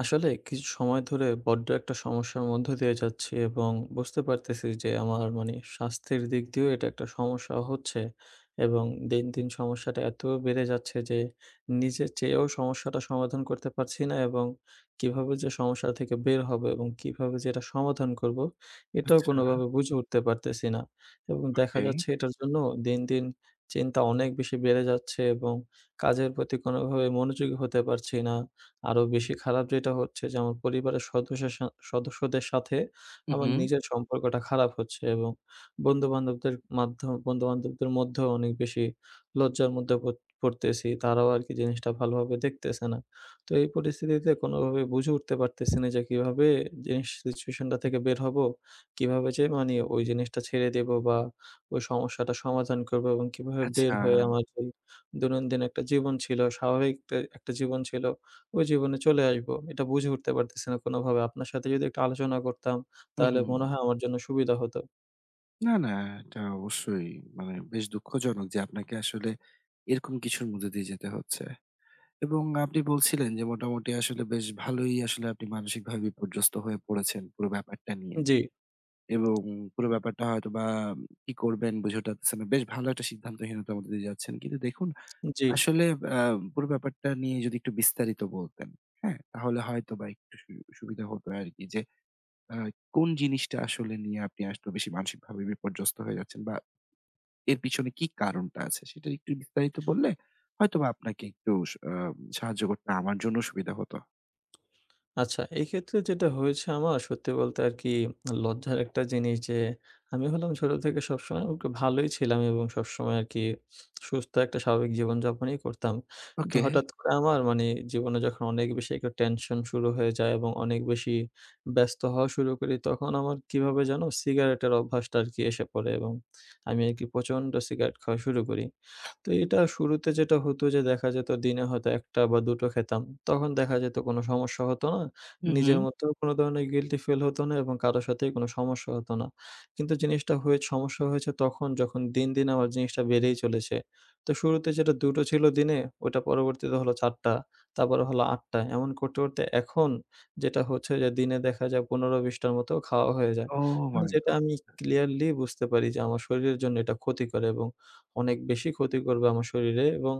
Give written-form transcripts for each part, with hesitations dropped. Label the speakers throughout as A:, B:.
A: আসলে কিছু সময় ধরে বড্ড একটা সমস্যার মধ্য দিয়ে যাচ্ছি এবং বুঝতে পারতেছি যে আমার মানে স্বাস্থ্যের দিক দিয়েও এটা একটা সমস্যা হচ্ছে, এবং দিন, দিন সমস্যাটা এত বেড়ে যাচ্ছে যে নিজে চেয়েও সমস্যাটা সমাধান করতে পারছি না, এবং কিভাবে যে সমস্যা থেকে বের হবো এবং কিভাবে যে এটা সমাধান করবো, এটাও
B: আচ্ছা,
A: কোনোভাবে বুঝে উঠতে পারতেছি না। এবং দেখা
B: ওকে।
A: যাচ্ছে এটার জন্য দিন, দিন চিন্তা অনেক বেশি বেড়ে যাচ্ছে এবং কাজের প্রতি কোনোভাবে মনোযোগী হতে পারছি না। আরো বেশি খারাপ যেটা হচ্ছে যে আমার পরিবারের সদস্যের সা সদস্যদের সাথে
B: হু,
A: আমার
B: হু।
A: নিজের সম্পর্কটা খারাপ হচ্ছে, এবং বন্ধু-বান্ধবদের মধ্যেও অনেক বেশি লজ্জার মধ্যে পড়তেছি। তারাও আরকি জিনিসটা ভালোভাবে দেখতেছে না। তো এই পরিস্থিতিতে কোনোভাবে বুঝে উঠতে পারতেছি না যে কিভাবে সিচুয়েশনটা থেকে বের হবো? কিভাবে যে মানে ওই জিনিসটা ছেড়ে দেবো বা ওই সমস্যাটা সমাধান করবো, এবং কিভাবে বের
B: আচ্ছা।
A: হয়ে আমার যে দৈনন্দিন একটা জীবন ছিল, স্বাভাবিক তে একটা জীবন ছিল, ওই জীবনে চলে আসবো। এটা বুঝে উঠতে পারতেছি না কোনোভাবে। আপনার সাথে যদি একটু আলোচনা করতাম,
B: হু,
A: তাহলে
B: হুম।
A: মনে হয় আমার জন্য সুবিধা হতো।
B: না, না, এটা অবশ্যই মানে বেশ দুঃখজনক যে আপনাকে আসলে এরকম কিছুর মধ্যে দিয়ে যেতে হচ্ছে। এবং আপনি বলছিলেন যে মোটামুটি আসলে বেশ ভালোই আসলে আপনি মানসিকভাবে বিপর্যস্ত হয়ে পড়েছেন পুরো ব্যাপারটা নিয়ে।
A: জি,
B: এবং পুরো ব্যাপারটা হয়তোবা কি করবেন বুঝে ওঠা যাচ্ছে না। বেশ ভালো একটা সিদ্ধান্তহীনতার মধ্যে দিয়ে যাচ্ছেন। কিন্তু দেখুন,
A: জি।
B: আসলে আ পুরো ব্যাপারটা নিয়ে যদি একটু বিস্তারিত বলতেন, হ্যাঁ? তাহলে হয়তোবা একটু সুবিধা হতো আরকি যে আ কোন জিনিসটা আসলে নিয়ে আপনি আসলে বেশি মানসিকভাবে বিপর্যস্ত হয়ে যাচ্ছেন? বা এর পিছনে কি কারণটা আছে? সেটা একটু বিস্তারিত বললে হয়তোবা আপনাকে একটু স আ সাহায্য করতে আমার জন্য সুবিধা হতো।
A: আচ্ছা, এক্ষেত্রে যেটা হয়েছে, আমার সত্যি বলতে আরকি লজ্জার একটা জিনিস যে, আমি হলাম ছোট থেকে সবসময় একটু ভালোই ছিলাম এবং সবসময় আরকি সুস্থ একটা স্বাভাবিক জীবনযাপনই করতাম। কিন্তু
B: ওকে।
A: হঠাৎ করে আমার মানে জীবনে যখন অনেক বেশি একটা টেনশন শুরু হয়ে যায় এবং অনেক বেশি ব্যস্ত হওয়া শুরু করি, তখন আমার কিভাবে যেন সিগারেটের অভ্যাসটা আরকি এসে পড়ে, এবং আমি আরকি প্রচণ্ড সিগারেট খাওয়া শুরু করি। তো এটা শুরুতে যেটা হতো যে দেখা যেত দিনে হয়তো ১ টা বা ২ টো খেতাম। তখন দেখা যেত কোনো সমস্যা হতো না।
B: হু, হু।
A: নিজের মধ্যেও কোনো ধরনের গিল্টি ফিল হতো না এবং কারো সাথেই কোনো সমস্যা হতো না। কিন্তু জিনিসটা হয়ে সমস্যা হয়েছে তখন, যখন দিন, দিন আমার জিনিসটা বেড়েই চলেছে। তো শুরুতে যেটা ২ টো ছিল দিনে, ওটা পরবর্তীতে হলো ৪ টা, তারপরে হলো ৮ টা। এমন করতে, করতে এখন যেটা হচ্ছে যে দিনে দেখা যায় ১৫-২০ টার মতো খাওয়া হয়ে যায়।
B: ওহ
A: মানে
B: মাই গ
A: যেটা আমি ক্লিয়ারলি বুঝতে পারি যে আমার শরীরের জন্য এটা ক্ষতিকর এবং অনেক বেশি ক্ষতি করবে আমার শরীরে, এবং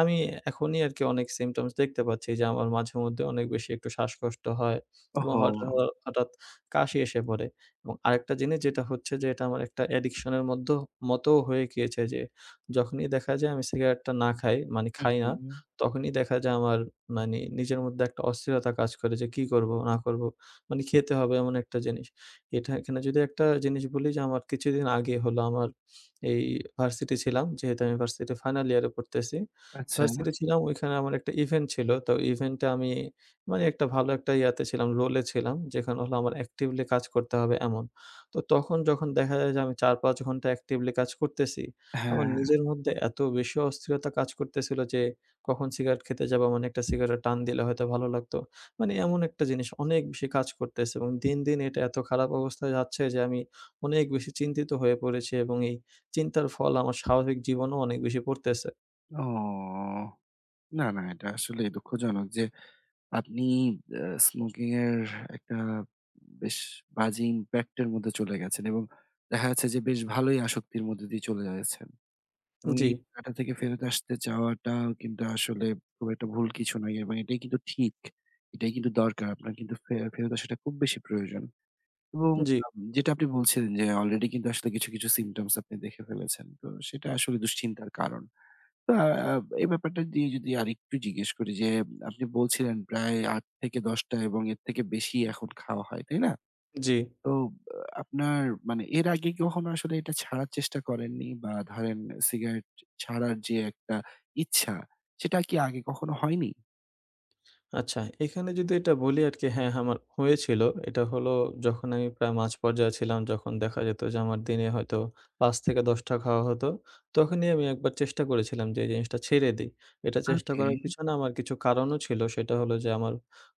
A: আমি এখনই আরকি অনেক symptoms দেখতে পাচ্ছি যে, আমার মাঝেমধ্যে অনেক বেশি একটু শ্বাসকষ্ট হয় এবং
B: ওহো!
A: হঠাৎ কাশি এসে পড়ে, এবং আরেকটা জিনিস যেটা হচ্ছে যে, এটা আমার একটা addiction এর মতো হয়ে গিয়েছে যে, যখনই দেখা যায় আমি সিগারেটটা না খাই, মানে
B: হু,
A: খাই না,
B: হু।
A: তখনই দেখা যায় আমার মানে নিজের মধ্যে একটা অস্থিরতা কাজ করে যে, কি করব না করব? মানে খেতে হবে এমন একটা জিনিস। এটা এখানে যদি একটা জিনিস বলি যে, আমার কিছুদিন আগে হলো আমার এই ভার্সিটি ছিলাম। যেহেতু আমি ভার্সিটি ফাইনাল ইয়ারে পড়তেছি।
B: আচ্ছা।
A: ভার্সিটি ছিলাম, ওইখানে আমার একটা ইভেন্ট ছিল। তো ইভেন্টে আমি মানে একটা ভালো একটা ইয়াতে ছিলাম, রোলে ছিলাম। যেখানে হলো আমার অ্যাক্টিভলি কাজ করতে হবে এমন। তো তখন যখন দেখা যায় যে আমি ৪-৫ ঘন্টা অ্যাক্টিভলি কাজ করতেছি, আমার
B: হ্যাঁ।
A: নিজের মধ্যে এত বেশি অস্থিরতা কাজ করতেছিল যে কখন সিগারেট খেতে যাবো, মানে একটা সিগারেট টান দিলে হয়তো ভালো লাগতো। মানে এমন একটা জিনিস অনেক বেশি কাজ করতেছে, এবং দিন, দিন এটা এত খারাপ অবস্থায় যাচ্ছে যে আমি অনেক বেশি চিন্তিত হয়ে পড়েছি, এবং এই চিন্তার ফল আমার স্বাভাবিক জীবনেও অনেক বেশি পড়তেছে।
B: ওহ! না, না, এটা আসলেই দুঃখজনক যে আপনি আ স্মোকিং এর একটা বেশ বাজে ইমপ্যাক্ট এর মধ্যে চলে গেছেন এবং দেখা যাচ্ছে যে বেশ ভালোই আসক্তির মধ্যে দিয়ে চলে যাচ্ছেন। এবং
A: জি,
B: এই জায়গাটা থেকে ফেরত আসতে চাওয়াটা কিন্তু আসলে খুব একটা ভুল কিছু নয় এবং এটাই কিন্তু ঠিক। এটাই কিন্তু দরকার। আপনার কিন্তু ফেরত আসাটা খুব বেশি প্রয়োজন। এবং
A: জি,
B: যেটা আপনি বলছিলেন যে অলরেডি কিন্তু আসলে কিছু, কিছু symptoms আপনি দেখে ফেলেছেন। তো সেটা আসলে দুশ্চিন্তার কারণ। তো আ আ এই ব্যাপারটা দিয়ে যদি আরেকটু জিজ্ঞেস করি যে, আপনি বলছিলেন প্রায় ৮ থেকে ১০ টা এবং এর থেকে বেশি এখন খাওয়া হয়, তাই না?
A: জি।
B: তো আপনার মানে এর আগে কখনো আসলে এটা ছাড়ার চেষ্টা করেননি? বা ধরেন, সিগারেট ছাড়ার যে একটা ইচ্ছা, সেটা কি আগে কখনো হয়নি?
A: আচ্ছা, এখানে যদি এটা বলি আরকি, হ্যাঁ, আমার হয়েছিল। এটা হলো যখন আমি প্রায় মাঝ পর্যায়ে ছিলাম, যখন দেখা যেত যে আমার দিনে হয়তো ৫ থেকে ১০ টা খাওয়া হতো। তখনই আমি একবার চেষ্টা করেছিলাম যে এই জিনিসটা ছেড়ে দেই। এটা চেষ্টা
B: ওকে।
A: করার পিছনে আমার কিছু কারণও ছিল। সেটা হলো যে আমার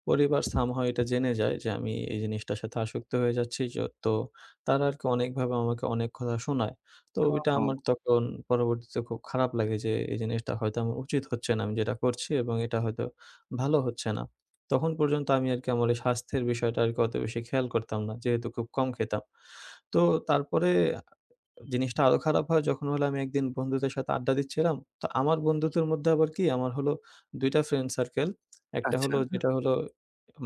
A: পরিবার somehow এটা জেনে যায় যে আমি এই জিনিসটার সাথে আসক্ত হয়ে যাচ্ছি। তো তারা আরকি অনেকভাবে আমাকে অনেক কথা শোনায়। তো ওইটা
B: ও
A: আমার তখন পরবর্তীতে খুব খারাপ লাগে যে এই জিনিসটা হয়তো আমার উচিত হচ্ছে না আমি যেটা করছি, এবং এটা হয়তো ভালো হচ্ছে না। তখন পর্যন্ত আমি আরকি আমার এই স্বাস্থ্যের বিষয়টা আরকি অত বেশি খেয়াল করতাম না, যেহেতু খুব কম খেতাম। তো তারপরে জিনিসটা আরো খারাপ হয় যখন হলো আমি একদিন বন্ধুদের সাথে আড্ডা দিচ্ছিলাম। তো আমার বন্ধুদের মধ্যে আবার কি আমার হলো ২ টা ফ্রেন্ড সার্কেল। একটা
B: আচ্ছা।
A: হলো যেটা হলো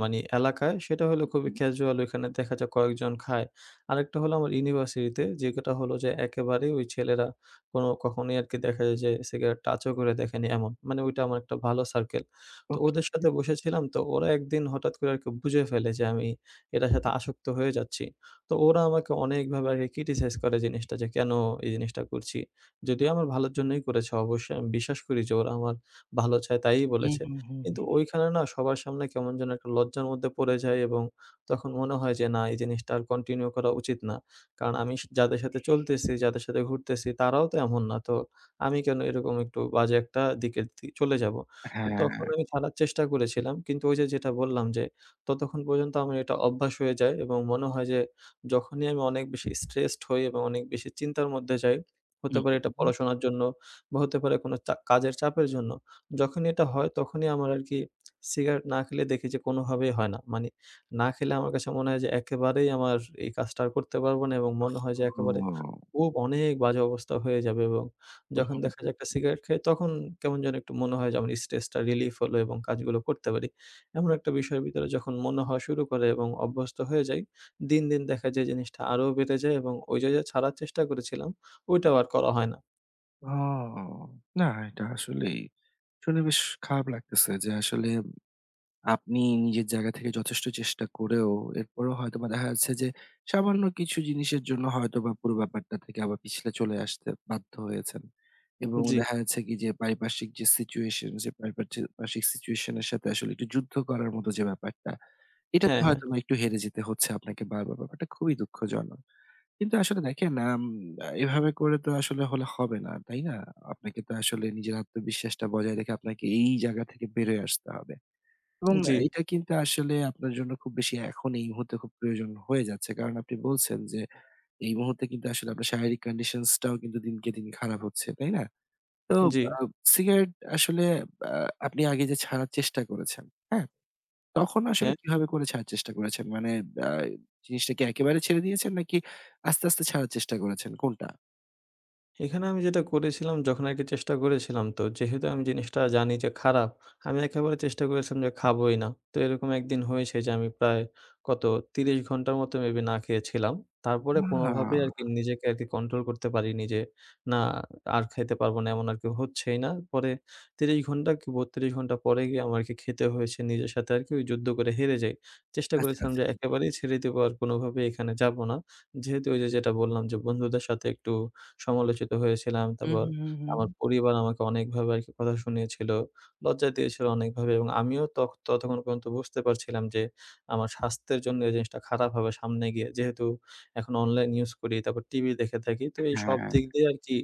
A: মানি এলাকায়, সেটা হলো খুবই
B: হুম,
A: ক্যাজুয়াল, ওইখানে দেখা যায় কয়েকজন খায়। আরেকটা হলো আমার ইউনিভার্সিটিতে, যেটা হলো যে একেবারেই ওই ছেলেরা কোনো কখনোই আরকি দেখা যায় যে সিগারেট টাচও করে দেখেনি এমন। মানে ওইটা আমার একটা ভালো সার্কেল। তো
B: ওকে।
A: ওদের সাথে বসেছিলাম, তো ওরা একদিন হঠাৎ করে আরকি বুঝে ফেলে যে আমি এটার সাথে আসক্ত হয়ে যাচ্ছি। তো ওরা আমাকে অনেকভাবে আরকি ক্রিটিসাইজ করে জিনিসটা যে, "কেন এই জিনিসটা করছি?" যদিও আমার ভালোর জন্যই করেছে, অবশ্যই আমি বিশ্বাস করি যে ওরা আমার ভালো চায় তাই
B: হুম,
A: বলেছে।
B: হুম, হুম,
A: কিন্তু
B: হুম।
A: ওইখানে না সবার সামনে কেমন যেন একটা লজ্জার মধ্যে পড়ে যাই, এবং তখন মনে হয় যে না, এই জিনিসটা আর কন্টিনিউ করা উচিত না। কারণ আমি যাদের সাথে চলতেছি, যাদের সাথে ঘুরতেছি, তারাও তো এমন না। তো আমি কেন এরকম একটু বাজে একটা দিকে চলে যাবো? তো
B: হ্যাঁ।
A: তখন আমি ছাড়ার চেষ্টা করেছিলাম। কিন্তু ওই যে যেটা বললাম, যে ততক্ষণ পর্যন্ত আমার এটা অভ্যাস হয়ে যায়, এবং মনে হয় যে যখনই আমি অনেক বেশি স্ট্রেসড হই এবং অনেক বেশি চিন্তার মধ্যে যাই, হতে
B: হু,
A: পারে এটা
B: হুম।
A: পড়াশোনার জন্য বা হতে পারে কোনো কাজের চাপের জন্য। যখনই এটা হয় তখনই আমার আরকি সিগারেট না খেলে দেখি যে কোনোভাবেই হয় না। মানে না খেলে আমার কাছে মনে হয় যে একেবারেই আমার এই কাজটা আর করতে পারব না, এবং মনে হয় যে
B: ও!
A: একেবারে খুব অনেক বাজে অবস্থা হয়ে যাবে, এবং যখন
B: উহু।
A: দেখা যায় একটা সিগারেট খাই, তখন কেমন যেন একটু মনে হয় যে আমার স্ট্রেসটা রিলিফ হলো এবং কাজগুলো করতে পারি। এমন একটা বিষয়ের ভিতরে যখন মনে হওয়া শুরু করে এবং অভ্যস্ত হয়ে যাই, দিন, দিন দেখা যায় জিনিসটা আরো বেড়ে যায়, এবং ওই যে, ছাড়ার চেষ্টা করেছিলাম, ওইটাও আর করা হয় না।
B: ও! না, এটা আসলেই শুনে বেশ খারাপ লাগতেছে যে আসলে আপনি নিজের জায়গা থেকে যথেষ্ট চেষ্টা করেও এরপরেও হয়তোবা দেখা যাচ্ছে যে সামান্য কিছু জিনিসের জন্য হয়তোবা পুরো ব্যাপারটা থেকে আবার পিছলে চলে আসতে বাধ্য হয়েছেন। এবং
A: জি।
B: দেখা যাচ্ছে কি যে পারিপার্শ্বিক যে সিচুয়েশন, যে পারিপার্শ্বিক সিচুয়েশন এর সাথে আসলে একটু যুদ্ধ করার মতো যে ব্যাপারটা, এটাতে
A: হ্যাঁ,
B: হুম,
A: হ্যাঁ।
B: হয়তোবা একটু হেরে যেতে হচ্ছে আপনাকে বারবার। ব্যাপারটা খুবই দুঃখজনক। কিন্তু আসলে দেখেন, এভাবে করে তো আসলে হলে হবে না, তাই না? আপনাকে তো আসলে নিজের আত্মবিশ্বাসটা বজায় রেখে আপনাকে এই জায়গা থেকে বেরোয় আসতে হবে। এবং
A: জি,
B: এটা কিন্তু আসলে আপনার জন্য খুব বেশি এখন এই মুহূর্তে খুব প্রয়োজন হয়ে যাচ্ছে। কারণ আপনি বলছেন যে এই মুহূর্তে কিন্তু আসলে আপনার শারীরিক কন্ডিশনস টাও কিন্তু দিনকে দিন খারাপ হচ্ছে, তাই না? তো
A: জি।
B: আ সিগারেট আসলে আ আপনি আগে যে ছাড়ার চেষ্টা করেছেন, হ্যাঁ? তখন আসলে
A: হ্যাঁ।
B: কিভাবে করে ছাড়ার চেষ্টা করেছেন? মানে আ জিনিসটা কি একেবারে ছেড়ে দিয়েছেন নাকি আস্তে, আস্তে ছাড়ার চেষ্টা করেছেন? কোনটা?
A: এখানে আমি যেটা করেছিলাম, যখন আরকি চেষ্টা করেছিলাম, তো যেহেতু আমি জিনিসটা জানি যে খারাপ, আমি একেবারে চেষ্টা করেছিলাম যে খাবোই না। তো এরকম একদিন হয়েছে যে আমি প্রায় কত ৩০ ঘন্টার মতো মেবি না খেয়েছিলাম। তারপরে কোনোভাবেই
B: আ
A: আরকি নিজেকে আরকি কন্ট্রোল করতে পারিনি যে না, আর খাইতে পারবো না এমন আরকি হচ্ছেই না। পরে ৩০ ঘন্টা কি ৩২ ঘন্টা পরে গিয়ে আমার আরকি খেতে হয়েছে, নিজের সাথে আরকি ওই যুদ্ধ করে হেরে যাই। চেষ্টা
B: আচ্ছা,
A: করেছিলাম যে
B: আচ্ছা।
A: একেবারেই ছেড়ে দিবো, আর কোনোভাবেই এখানে যাবো না। যেহেতু ওই যে যেটা বললাম যে বন্ধুদের সাথে একটু সমালোচিত হয়েছিলাম,
B: হু,
A: তারপর
B: হু, হু, হু।
A: আমার পরিবার আমাকে অনেকভাবে আরকি কথা শুনিয়েছিল, লজ্জা দিয়েছিল অনেকভাবে, এবং আমিও ততক্ষণ পর্যন্ত বুঝতে পারছিলাম যে, আমার স্বাস্থ্যের জন্য এই জিনিসটা খারাপ হবে সামনে গিয়ে। যেহেতু এখন অনলাইন ইউজ করি, তারপর টিভি দেখে থাকি, তো এই সব
B: হ্যাঁ,
A: দিক দিয়ে আরকি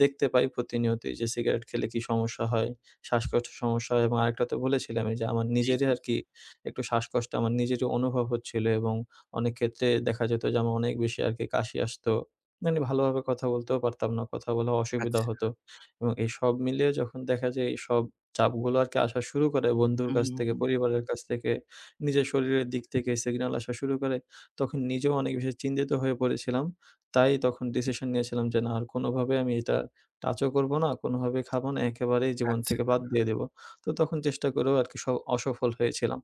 A: দেখতে পাই প্রতিনিয়তই যে সিগারেট খেলে কি সমস্যা হয়, শ্বাসকষ্টের সমস্যা হয়, এবং আরেকটা তো বলেছিলামই যে আমার
B: জি,
A: নিজেরই
B: জি।
A: আরকি একটু শ্বাসকষ্ট আমার নিজেরই অনুভব হচ্ছিল, এবং অনেক ক্ষেত্রে দেখা যেত যে আমার অনেক বেশি আরকি কাশি আসতো। মানে ভালোভাবে কথা বলতেও পারতাম না। কথা বলা অসুবিধা
B: আচ্ছা।
A: হতো। এবং এই সব মিলিয়ে যখন দেখা যায় এইসব চাপগুলো আরকি আসা শুরু করে বন্ধুর
B: হু,
A: কাছ
B: হু,
A: থেকে,
B: হু।
A: পরিবারের কাছ থেকে, নিজের শরীরের দিক থেকে সিগন্যাল আসা শুরু করে, তখন নিজেও অনেক বেশি চিন্তিত হয়ে পড়েছিলাম। তাই তখন ডিসিশন নিয়েছিলাম যে না, আর কোনোভাবে আমি এটা টাচও করব না, কোনোভাবেই খাবো না, একেবারেই জীবন
B: আচ্ছা।
A: থেকে বাদ দিয়ে দেব। তো তখন চেষ্টা করেও আরকি অসফল হয়েছিলাম।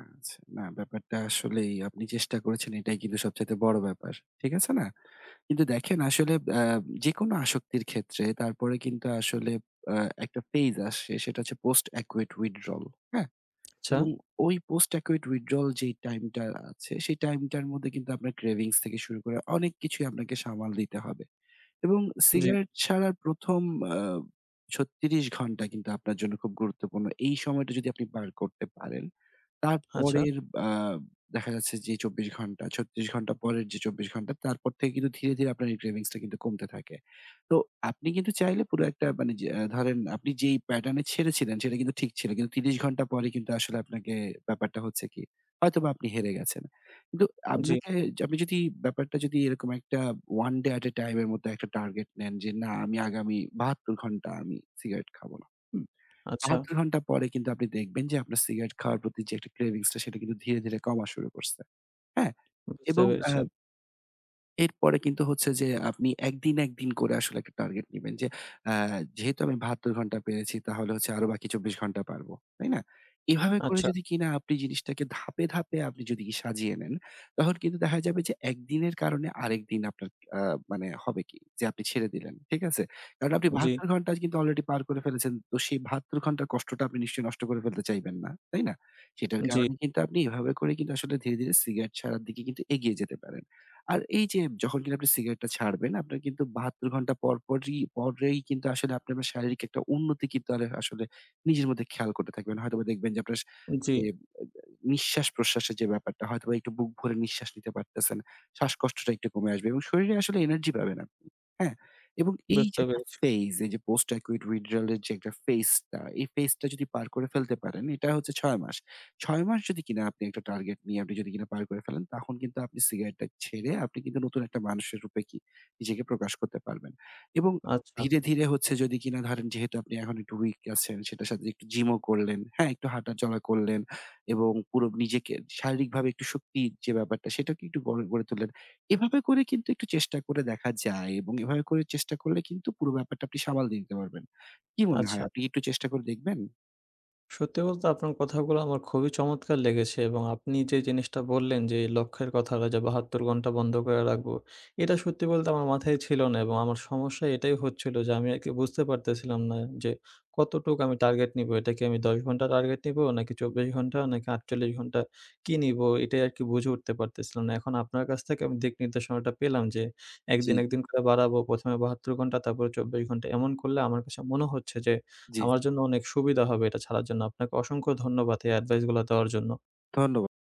B: আচ্ছা। না, ব্যাপারটা আসলেই আপনি চেষ্টা করেছেন, এটাই কিন্তু সবচাইতে বড় ব্যাপার। ঠিক আছে না? কিন্তু দেখেন, আসলে আ যেকোনো আসক্তির ক্ষেত্রে তারপরে কিন্তু আসলে আ একটা ফেজ আসে, সেটা হচ্ছে পোস্ট অ্যাকুয়েট উইথড্রল, হ্যাঁ?
A: আচ্ছা,
B: এবং ওই পোস্ট অ্যাকুয়েট উইথড্রল যেই টাইমটা আছে, সেই টাইমটার মধ্যে কিন্তু আপনার ক্রেভিংস থেকে শুরু করে অনেক কিছুই আপনাকে সামাল দিতে হবে। এবং
A: জি,
B: সিগারেট ছাড়ার ১ম আ ৩৬ ঘন্টা কিন্তু আপনার জন্য খুব গুরুত্বপূর্ণ। এই সময়টা যদি আপনি পার করতে পারেন,
A: আচ্ছা,
B: তারপরের আ দেখা যাচ্ছে যে ২৪ ঘন্টা, ৩৬ ঘন্টা পরের যে ২৪ ঘন্টা, তারপর থেকে কিন্তু ধীরে, ধীরে আপনার এই ক্রেভিংস টা কিন্তু কমতে থাকে। তো আপনি কিন্তু চাইলে পুরো একটা মানে যে ধরেন, আপনি যেই প্যাটার্ন এ ছেড়েছিলেন সেটা কিন্তু ঠিক ছিল। কিন্তু ৩০ ঘন্টা পরে কিন্তু আসলে আপনাকে ব্যাপারটা হচ্ছে কি, হয়তোবা আপনি হেরে গেছেন। কিন্তু
A: জি,
B: আপনাকে, যে আপনি যদি ব্যাপারটা যদি এরকম একটা one day at a time এর মতো একটা টার্গেট নেন যে, না, আমি আগামী ৭২ ঘন্টা আমি সিগারেট খাবো না। হুম?
A: আচ্ছা,
B: ৭২ ঘন্টা পরে কিন্তু আপনি দেখবেন যে আপনার সিগারেট খাওয়ার প্রতি যে একটা ক্রেভিংস টা সেটা কিন্তু ধীরে, ধীরে কমা শুরু করছে। হ্যাঁ?
A: বুঝতে
B: এবং
A: পেরেছি।
B: এরপরে কিন্তু হচ্ছে যে আপনি একদিন, একদিন করে আসলে একটা টার্গেট নিবেন যে আ যেহেতু আমি ৭২ ঘন্টা পেরেছি, তাহলে হচ্ছে আরো বাকি ২৪ ঘন্টা পারব। তাই না? এভাবে করে
A: আচ্ছা,
B: যদি কিনা আপনি জিনিসটাকে ধাপে, ধাপে আপনি যদি কি সাজিয়ে নেন, তখন কিন্তু দেখা যাবে যে একদিনের কারণে আরেকদিন আপনার আ মানে হবে কি? যে আপনি ছেড়ে দিলেন। ঠিক আছে? কারণ আপনি
A: জি,
B: ৭২ ঘন্টা কিন্তু অলরেডি পার করে ফেলেছেন। তো সেই ৭২ ঘন্টার কষ্টটা আপনি নিশ্চয়ই নষ্ট করে ফেলতে চাইবেন না। তাই না? সেটার
A: জি,
B: কারণে কিন্তু আপনি এভাবে করে কিন্তু আসলে ধীরে, ধীরে সিগারেট ছাড়ার দিকে কিন্তু এগিয়ে যেতে পারেন। আর এই যে যখন কিনা আপনি সিগারেটটা ছাড়বেন, আপনার কিন্তু ৭২ ঘন্টা পর পরই পরেই কিন্তু আসলে আপনি আপনার শারীরিক একটা উন্নতি কিন্তু আর আসলে নিজের মধ্যে খেয়াল করতে থাকবেন। হয়তোবা দেখবেন যে আপনার
A: জি।
B: যে নিঃশ্বাস-প্রশ্বাসের যে ব্যাপারটা, হয়তোবা একটু বুক ভরে নিঃশ্বাস নিতে পারতেছেন। শ্বাসকষ্টটা একটু কমে আসবে এবং শরীরে আসলে এনার্জি পাবেন আপনি। হ্যাঁ? এবং এই যে
A: বুঝতে
B: একটা
A: পেরেছি।
B: ফেজ, এই যে পোস্ট একুইট উইথড্রাল এর যে একটা ফেজটা, এই ফেজটা যদি পার করে ফেলতে পারেন, এটা হচ্ছে ৬ মাস। ৬ মাস যদি কিনা আপনি একটা টার্গেট নিয়ে আপনি যদি কিনা পার করে ফেলেন, তখন কিন্তু আপনি সিগারেটটা ছেড়ে আপনি কিন্তু নতুন একটা মানুষের রূপে কি নিজেকে প্রকাশ করতে পারবেন। এবং
A: আচ্ছা,
B: ধীরে, ধীরে হচ্ছে, যদি কিনা ধরেন যেহেতু আপনি এখন একটু উইক আছেন, সেটার সাথে একটু জিমও করলেন, হ্যাঁ? একটু হাঁটাচলা করলেন এবং পুরো নিজেকে শারীরিকভাবে একটু শক্তির যে ব্যাপারটা সেটাকে একটু গড়ে, গড়ে তুললেন। এভাবে করে কিন্তু একটু চেষ্টা করে দেখা যায় এবং এভাবে করে চেষ্টা করলে কিন্তু পুরো ব্যাপারটা আপনি সামাল দিয়ে নিতে পারবেন। কি মনে হয়,
A: আচ্ছা।
B: আপনি কি একটু চেষ্টা করে দেখবেন?
A: সত্যি বলতে আপনার কথাগুলো আমার খুবই চমৎকার লেগেছে, এবং আপনি যে জিনিসটা বললেন যে এই লক্ষ্যের কথাটা যে ৭২ ঘন্টা বন্ধ করে রাখবো, এটা সত্যি বলতে আমার মাথায় ছিল না, এবং আমার সমস্যা এটাই হচ্ছিল যে আমি আরকি বুঝতে পারতেছিলাম না যে কতটুক আমি টার্গেট নিবো। এটা কি আমি ১০ ঘন্টা টার্গেট নিবো নাকি ২৪ ঘন্টা নাকি ৪৮ ঘন্টা কি নিবো, এটাই আরকি বুঝে উঠতে পারতেছিলাম না। এখন আপনার কাছ থেকে আমি দিক নির্দেশনাটা পেলাম যে
B: জি,
A: একদিন, একদিন করে বাড়াবো। ১ম এ ৭২ ঘন্টা, তারপরে ২৪ ঘন্টা। এমন করলে আমার কাছে মনে হচ্ছে যে
B: জি,
A: আমার জন্য অনেক সুবিধা হবে এটা ছাড়ার জন্য। আপনাকে অসংখ্য ধন্যবাদ এই এডভাইসগুলা দেওয়ার জন্য।
B: ধন্যবাদ।